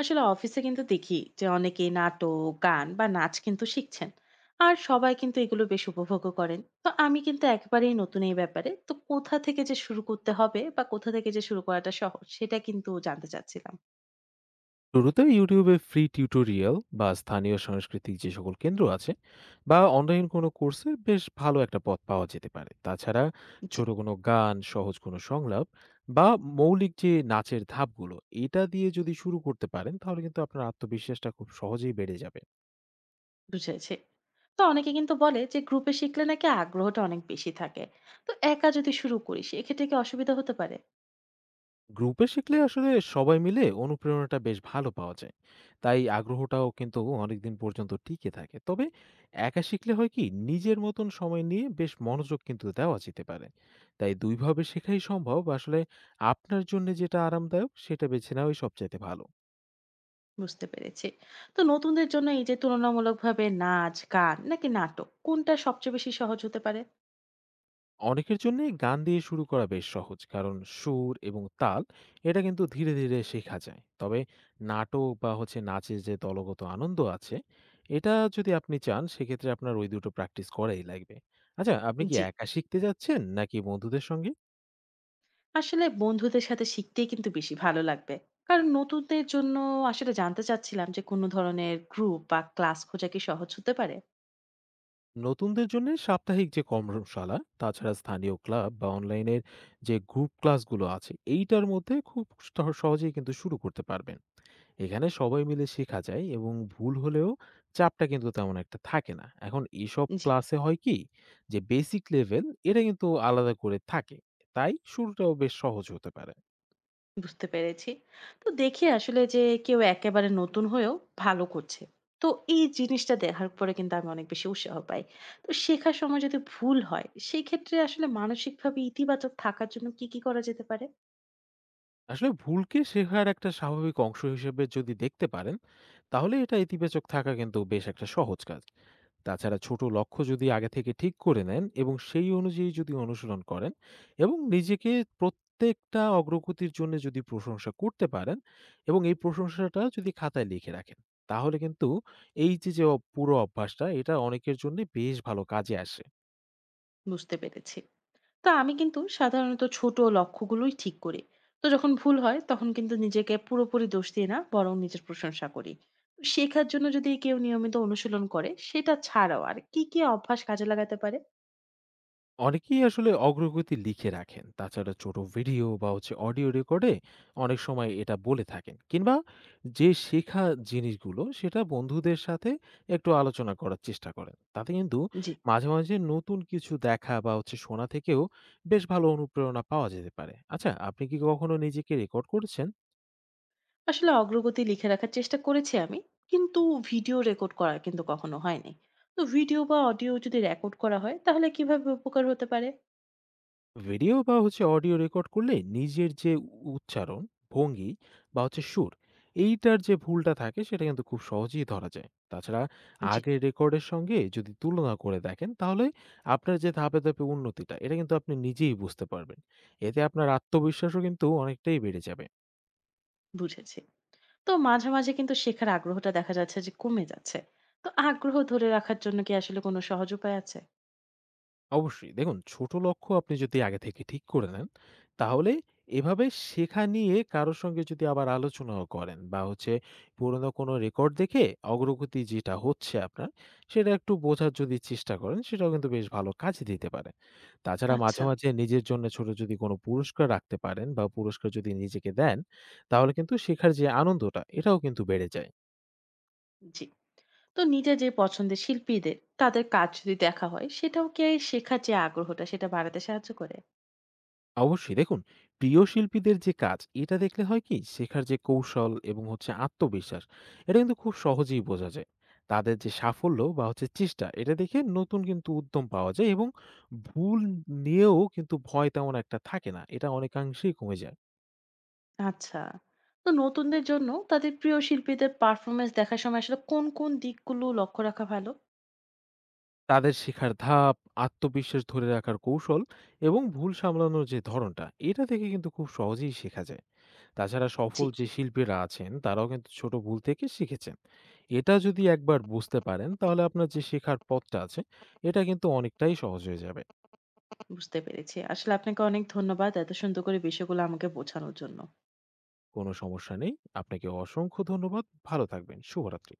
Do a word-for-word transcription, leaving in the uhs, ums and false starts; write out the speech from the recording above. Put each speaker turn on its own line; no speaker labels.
আসলে অফিসে কিন্তু দেখি যে অনেকেই নাটক গান বা নাচ কিন্তু শিখছেন আর সবাই কিন্তু এগুলো বেশ উপভোগ করেন। তো আমি কিন্তু একেবারেই নতুন এই ব্যাপারে, তো কোথা থেকে যে শুরু করতে হবে বা কোথা থেকে যে শুরু করাটা সহজ সেটা কিন্তু জানতে চাচ্ছিলাম।
শুরুতে ইউটিউবে ফ্রি টিউটোরিয়াল বা স্থানীয় সাংস্কৃতিক যে সকল কেন্দ্র আছে বা অনলাইন কোনো কোর্সে বেশ ভালো একটা পথ পাওয়া যেতে পারে। তাছাড়া
জি।
ছোট কোনো গান, সহজ কোনো সংলাপ বা মৌলিক যে নাচের ধাপগুলো, এটা দিয়ে যদি শুরু করতে পারেন তাহলে কিন্তু আপনার আত্মবিশ্বাসটা খুব সহজেই বেড়ে যাবে।
বুঝেছি। তো অনেকে কিন্তু বলে যে গ্রুপে শিখলে নাকি আগ্রহটা অনেক বেশি থাকে, তো একা যদি শুরু করি সেক্ষেত্রে কি অসুবিধা হতে পারে?
গ্রুপে শিখলে আসলে সবাই মিলে অনুপ্রেরণাটা বেশ ভালো পাওয়া যায়, তাই আগ্রহটাও কিন্তু অনেকদিন পর্যন্ত টিকে থাকে। তবে একা শিখলে হয় কি, নিজের মতন সময় নিয়ে বেশ মনোযোগ কিন্তু দেওয়া যেতে পারে। তাই দুইভাবে শেখাই সম্ভব আসলে। আপনার জন্য যেটা আরামদায়ক সেটা বেছে নেওয়াই সবচাইতে ভালো।
বুঝতে পেরেছি। তো নতুনদের জন্য এই যে তুলনামূলকভাবে নাচ গান নাকি নাটক কোনটা সবচেয়ে বেশি সহজ হতে পারে?
অনেকের জন্যেই গান দিয়ে শুরু করা বেশ সহজ, কারণ সুর এবং তাল এটা কিন্তু ধীরে ধীরে শেখা যায়। তবে নাটক বা হচ্ছে নাচের যে দলগত আনন্দ আছে, এটা যদি আপনি চান সেক্ষেত্রে আপনার ওই দুটো প্র্যাকটিস করাই লাগবে। আচ্ছা, আপনি কি
জি,
একা শিখতে যাচ্ছেন নাকি বন্ধুদের সঙ্গে?
আসলে বন্ধুদের সাথে শিখতেই কিন্তু বেশি ভালো লাগবে কারণ নতুনদের জন্য আসলে জানতে চাচ্ছিলাম যে কোনো ধরনের গ্রুপ বা ক্লাস খোঁজা কি সহজ হতে পারে?
নতুনদের জন্য সাপ্তাহিক যে কর্মশালা, তাছাড়া স্থানীয় ক্লাব বা অনলাইনের যে গ্রুপ ক্লাসগুলো আছে, এইটার মধ্যে খুব সহ- সহজেই কিন্তু শুরু করতে পারবেন। এখানে সবাই মিলে শেখা যায় এবং ভুল হলেও চাপটা কিন্তু তেমন একটা থাকে না। এখন এসব
জি।
ক্লাসে হয় কি, যে বেসিক লেভেল এটা কিন্তু আলাদা করে থাকে। তাই শুরুটাও বেশ সহজ হতে পারে।
বুঝতে পেরেছি। তো দেখি আসলে যে কেউ একেবারে নতুন হয়েও ভালো করছে, তো এই জিনিসটা দেখার পরে কিন্তু আমি অনেক বেশি উৎসাহ পাই। তো শেখার সময় যদি ভুল হয় সেই ক্ষেত্রে আসলে মানসিকভাবে ইতিবাচক থাকার জন্য কি কি করা যেতে পারে?
আসলে ভুলকে শেখার একটা স্বাভাবিক অংশ হিসেবে যদি দেখতে পারেন, তাহলে এটা ইতিবাচক থাকা কিন্তু বেশ একটা সহজ কাজ। তাছাড়া ছোট লক্ষ্য যদি আগে থেকে ঠিক করে নেন এবং সেই অনুযায়ী যদি অনুসরণ করেন এবং নিজেকে প্রত্যেকটা অগ্রগতির জন্য যদি প্রশংসা করতে পারেন এবং এই প্রশংসাটা যদি খাতায় লিখে রাখেন, তাহলে কিন্তু এই যে যে অ- পুরো অভ্যাসটা, এটা অনেকের জন্য বেশ ভালো কাজে আসে।
বুঝতে পেরেছি। তো আমি কিন্তু সাধারণত ছোট লক্ষ্যগুলোই ঠিক করি। তো যখন ভুল হয় তখন কিন্তু নিজেকে পুরোপুরি দোষ দিই না, বরং নিজের প্রশংসা করি। তো শেখার জন্য যদি কেউ নিয়মিত অনুশীলন করে সেটা ছাড়াও আর কি, কি অভ্যাস কাজে লাগাতে পারে?
অনেকেই আসলে অগ্রগতি লিখে রাখেন, তাছাড়া ছোট ভিডিও বা হচ্ছে অডিও রেকর্ডে অনেক সময় এটা বলে থাকেন, কিংবা যে শেখা জিনিসগুলো সেটা বন্ধুদের সাথে একটু আলোচনা করার চেষ্টা করেন, তাতে কিন্তু
জি,
মাঝে মাঝে নতুন কিছু দেখা বা হচ্ছে শোনা থেকেও বেশ ভালো অনুপ্রেরণা পাওয়া যেতে পারে। আচ্ছা, আপনি কি কখনো নিজেকে রেকর্ড করেছেন?
আসলে অগ্রগতি লিখে রাখার চেষ্টা করেছি আমি। কিন্তু ভিডিও রেকর্ড করা কিন্তু কখনো হয়নি। তো ভিডিও বা অডিও যদি রেকর্ড করা হয় তাহলে কিভাবে উপকার হতে পারে?
ভিডিও বা হচ্ছে অডিও রেকর্ড করলে নিজের যে উ উচ্চারণ, ভঙ্গি বা হচ্ছে সুর, এইটার যে ভুলটা থাকে সেটা কিন্তু খুব সহজেই ধরা যায়। তাছাড়া
জি,
আগের রেকর্ডের সঙ্গে যদি তুলনা করে দেখেন, তাহলে আপনার যে ধাপে ধাপে উন্নতিটা, এটা কিন্তু আপনি নিজেই বুঝতে পারবেন। এতে আপনার আত্মবিশ্বাসও কিন্তু অনেকটাই বেড়ে যাবে।
বুঝেছি। তো মাঝে, মাঝে কিন্তু শেখার আগ্রহটা দেখা যাচ্ছে যে কমে যাচ্ছে। তো আগ্রহ ধরে রাখার জন্য কি আসলে কোনো সহজ উপায় আছে?
অবশ্যই। দেখুন, ছোট লক্ষ্য আপনি যদি আগে থেকে ঠিক করে নেন, তাহলে এভাবে শেখা নিয়ে কারো সঙ্গে যদি আবার আলোচনাও করেন বা হচ্ছে পুরনো কোনো রেকর্ড দেখে অগ্রগতি যেটা হচ্ছে আপনার, সেটা একটু বোঝার যদি চেষ্টা করেন, সেটাও কিন্তু বেশ ভালো কাজে দিতে পারে। তাছাড়া মাঝে
আচ্ছা,
মাঝে নিজের জন্য ছোট যদি কোনো পুরস্কার রাখতে পারেন বা পুরস্কার যদি নিজেকে দেন, তাহলে কিন্তু শেখার যে আনন্দটা, এটাও কিন্তু বেড়ে যায়।
জি। তো নিজের যে পছন্দের শিল্পীদের, তাদের কাজ যদি দেখা হয়, সেটাও কি এই শেখার যে আগ্রহটা সেটা বাড়াতে সাহায্য করে?
অবশ্যই। দেখুন, প্রিয় শিল্পীদের যে কাজ এটা দেখলে হয় কি, শেখার যে কৌশল এবং হচ্ছে আত্মবিশ্বাস এটা কিন্তু খুব সহজেই বোঝা যায়। তাদের যে সাফল্য বা হচ্ছে চেষ্টা এটা দেখে নতুন কিন্তু উদ্যম পাওয়া যায় এবং ভুল নিয়েও কিন্তু ভয় তেমন একটা থাকে না, এটা অনেকাংশেই কমে যায়।
আচ্ছা। তো নতুনদের জন্য তাদের প্রিয় শিল্পীদের পারফরম্যান্স দেখার সময় আসলে কোন, কোন দিকগুলো লক্ষ্য রাখা ভালো?
তাদের শেখার ধাপ, আত্মবিশ্বাস ধরে রাখার কৌশল এবং ভুল সামলানোর যে ধরনটা, এটা থেকে কিন্তু খুব সহজেই শেখা যায়। তাছাড়া
জি,
সফল যে শিল্পীরা আছেন তারাও কিন্তু ছোট ভুল থেকে শিখেছেন। এটা যদি একবার বুঝতে পারেন, তাহলে আপনার যে শেখার পথটা আছে এটা কিন্তু অনেকটাই সহজ হয়ে যাবে।
বুঝতে পেরেছি। আসলে আপনাকে অনেক ধন্যবাদ এত সুন্দর করে বিষয়গুলো আমাকে বোঝানোর জন্য।
কোনো সমস্যা নেই। আপনাকে অসংখ্য ধন্যবাদ। ভালো থাকবেন। শুভরাত্রি।